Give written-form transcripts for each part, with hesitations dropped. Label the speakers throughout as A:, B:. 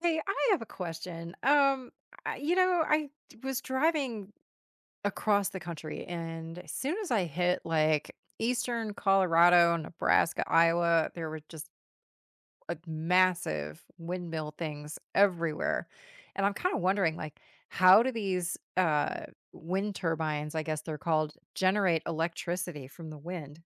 A: Hey, I have a question. I was driving across the country, and as soon as I hit like eastern Colorado, Nebraska, Iowa, there were just a massive windmill things everywhere. And I'm kind of wondering, like, how do these wind turbines, I guess they're called, generate electricity from the wind?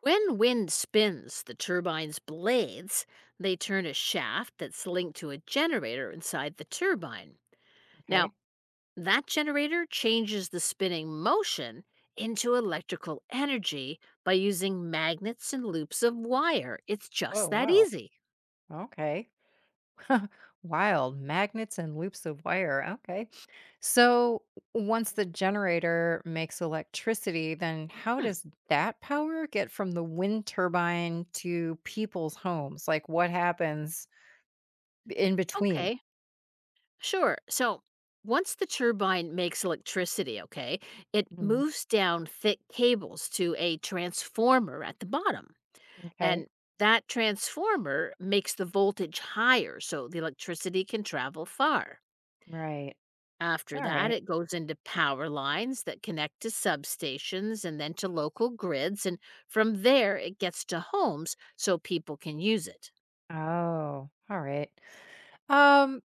B: When wind spins the turbine's blades, they turn a shaft that's linked to a generator inside the turbine. Now,
A: Okay.
B: that generator changes the spinning motion into electrical energy by using magnets and loops of wire. It's just
A: Oh,
B: that
A: wow.
B: easy.
A: Okay. Wild magnets and loops of wire. Okay. So once the generator makes electricity, then how
B: Hmm,
A: does that power get from the wind turbine to people's homes? Like what happens in between?
B: okay, sure. So, once the turbine makes electricity, okay, it
A: Mm,
B: moves down thick cables to a transformer at the bottom.
A: okay.
B: And that transformer makes the voltage higher so the electricity can travel far.
A: Right.
B: After
A: All
B: that,
A: right.
B: it goes into power lines that connect to substations and then to local grids. And from there, it gets to homes so people can use it.
A: Oh, all right. Um,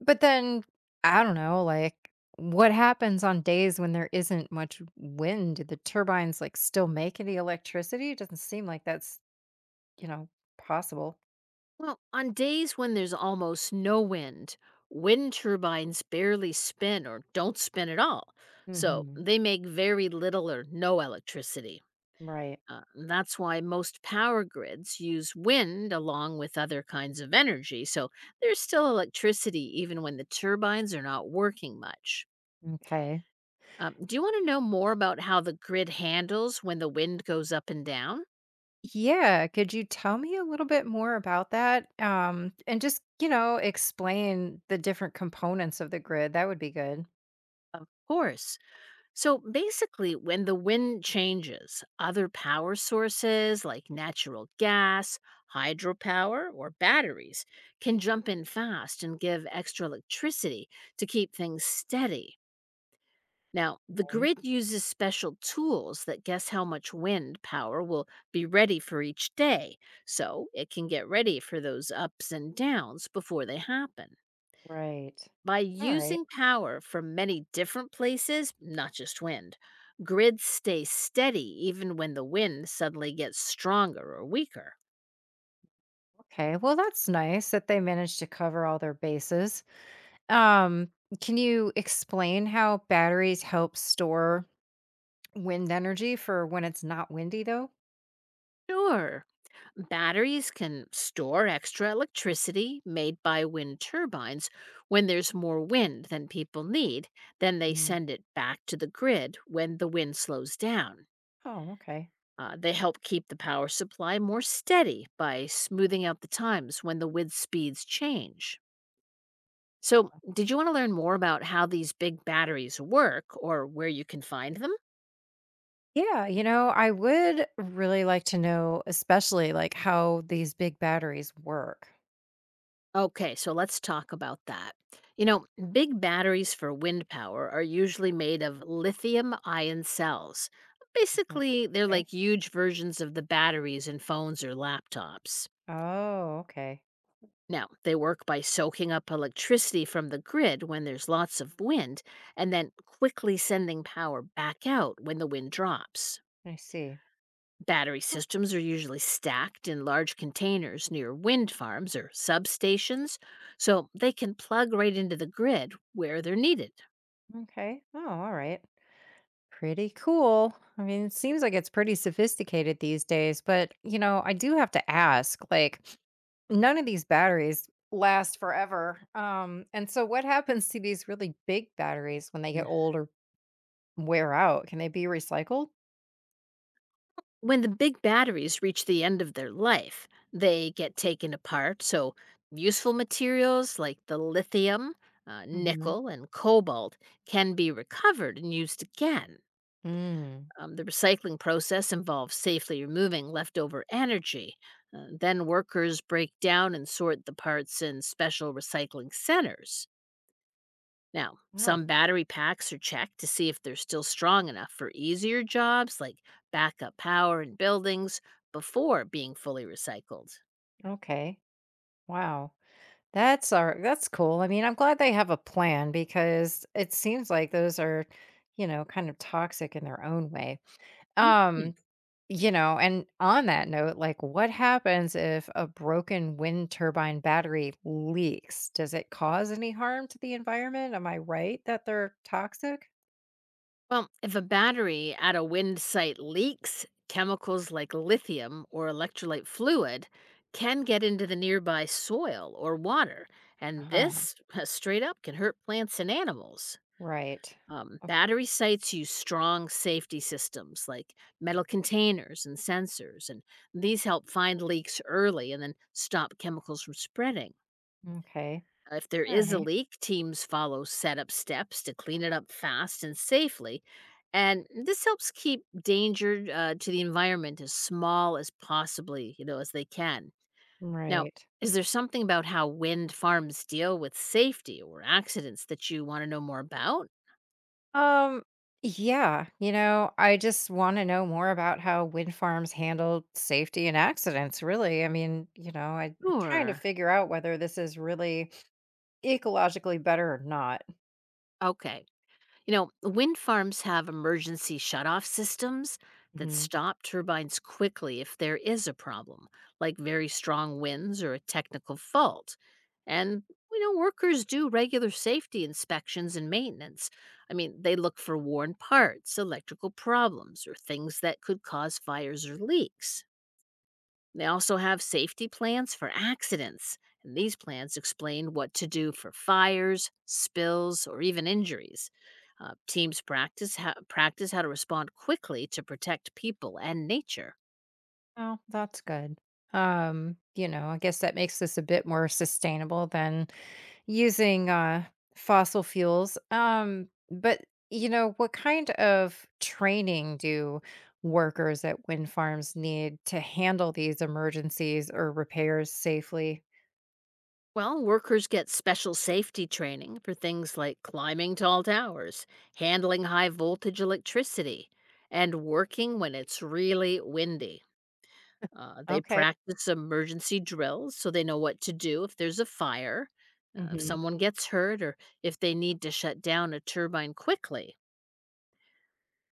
A: but then I don't know, like what happens on days when there isn't much wind? Do the turbines like still make any electricity? It doesn't seem like that's You know, possible.
B: Well, on days when there's almost no wind, wind turbines barely spin or don't spin at all. So
A: Mhm.
B: they make very little or no electricity.
A: Right.
B: Uh, that's why most power grids use wind along with other kinds of energy, so there's still electricity even when the turbines are not working much.
A: Okay.
B: Do you want to know more about how the grid handles when the wind goes up and down? Of
A: Yeah, could you tell me a little bit more about that? And just, you know, explain the different components of the grid. That would be good.
B: course. So basically, when the wind changes, other power sources like natural gas, hydropower, or batteries can jump in fast and give extra electricity to keep things steady. Now, the
A: Okay.
B: grid uses special tools that guess how much wind power will be ready for each day, so it can get ready for those ups and downs before they happen.
A: Right.
B: By
A: All right.
B: using power from many different places, not just wind, grids stay steady even when the wind suddenly gets stronger or weaker.
A: Okay, well, that's nice that they managed to cover all their bases. Um, can you explain how batteries help store wind energy for when it's not windy, though?
B: Sure, batteries can store extra electricity made by wind turbines. When there's more wind than people need, then they
A: Mm.
B: send it back to the grid when the wind slows down.
A: Oh, okay.
B: They help keep the power supply more steady by smoothing out the times when the wind speeds change. So, did you want to learn more about how these big batteries work or where you can find them?
A: Yeah, you know, I would really like to know, especially like how these big batteries work.
B: Okay, so let's talk about that. You know, big batteries for wind power are usually made of lithium ion cells.
A: Mhm,
B: Basically, they're
A: okay.
B: like huge versions of the batteries in phones or laptops.
A: Oh, okay.
B: Now, they work by soaking up electricity from the grid when there's lots of wind and then quickly sending power back out when the wind drops.
A: I see.
B: Battery systems are usually stacked in large containers near wind farms or substations, so they can plug right into the grid where they're needed.
A: Okay. Oh, all right. Pretty cool. I mean, it seems like it's pretty sophisticated these days, but you know, I do have to ask, like, none of these batteries last forever. And so what happens to these really big batteries when they
B: Mm.
A: get old or wear out? Can they be recycled?
B: When the big batteries reach the end of their life, they get taken apart, so useful materials like the lithium,
A: Mm-hmm.
B: nickel, and cobalt can be recovered and used again.
A: Mm.
B: The recycling process involves safely removing leftover energy. Then workers break down and sort the parts in special recycling centers. Now,
A: Oh,
B: some battery packs are checked to see if they're still strong enough for easier jobs like backup power in buildings before being fully recycled.
A: okay. Wow. That's cool. I mean, I'm glad they have a plan because it seems like those are, you know, kind of toxic in their own way.
B: Mhm.
A: Um, you know, and on that note, like what happens if a broken wind turbine battery leaks? Does it cause any harm to the environment? Am I right that they're toxic?
B: Well, if a battery at a wind site leaks, chemicals like lithium or electrolyte fluid can get into the nearby soil or water, and
A: Uh-huh.
B: this straight up can hurt plants and animals.
A: Right. Of-
B: Battery sites use strong safety systems like metal containers and sensors, and these help find leaks early and then stop chemicals from spreading.
A: Okay.
B: If there
A: All
B: is a
A: right.
B: leak, teams follow setup steps to clean it up fast and safely. And this helps keep danger to the environment as small as possibly, as they can. Now,
A: Right.
B: is there something about how wind farms deal with safety or accidents that you want to know more about?
A: Um, yeah, you know, I just want to know more about how wind farms handle safety and accidents, really. I mean, you know, I'm trying to
B: Sure.
A: figure out whether this is really ecologically better or not.
B: Okay. You know, wind farms have emergency shutoff systems that
A: Hmm.
B: stop turbines quickly if there is a problem, like very strong winds or a technical fault. And, you know, workers do regular safety inspections and maintenance. I mean, they look for worn parts, electrical problems, or things that could cause fires or leaks. They also have safety plans for accidents, and these plans explain what to do for fires, spills, or even injuries. Teams practice how to respond quickly to protect people and nature.
A: Oh, that's good. You know, I guess that makes this a bit more sustainable than using, fossil fuels, but, you know, what kind of training do workers at wind farms need to handle these emergencies or repairs safely?
B: Well, workers get special safety training for things like climbing tall towers, handling high voltage electricity, and working when it's really windy. They
A: Okay.
B: practice emergency drills so they know what to do if there's a fire, if
A: Mhm.
B: someone gets hurt, or if they need to shut down a turbine quickly.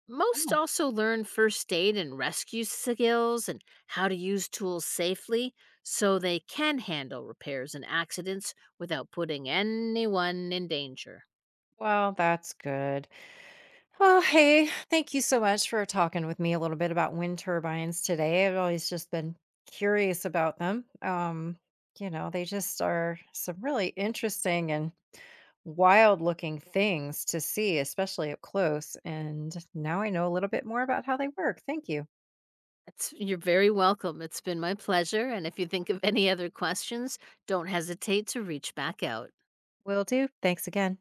B: Most
A: Oh,
B: also learn first aid and rescue skills and how to use tools safely so they can handle repairs and accidents without putting anyone in danger.
A: well, that's good. Oh, hey, thank you so much for talking with me a little bit about wind turbines today. I've always just been curious about them. You know, they just are some really interesting and wild looking things to see, especially up close. And now I know a little bit more about how they work. Thank you.
B: You're very welcome. It's been my pleasure. And if you think of any other questions, don't hesitate to reach back out.
A: Will do. Thanks again.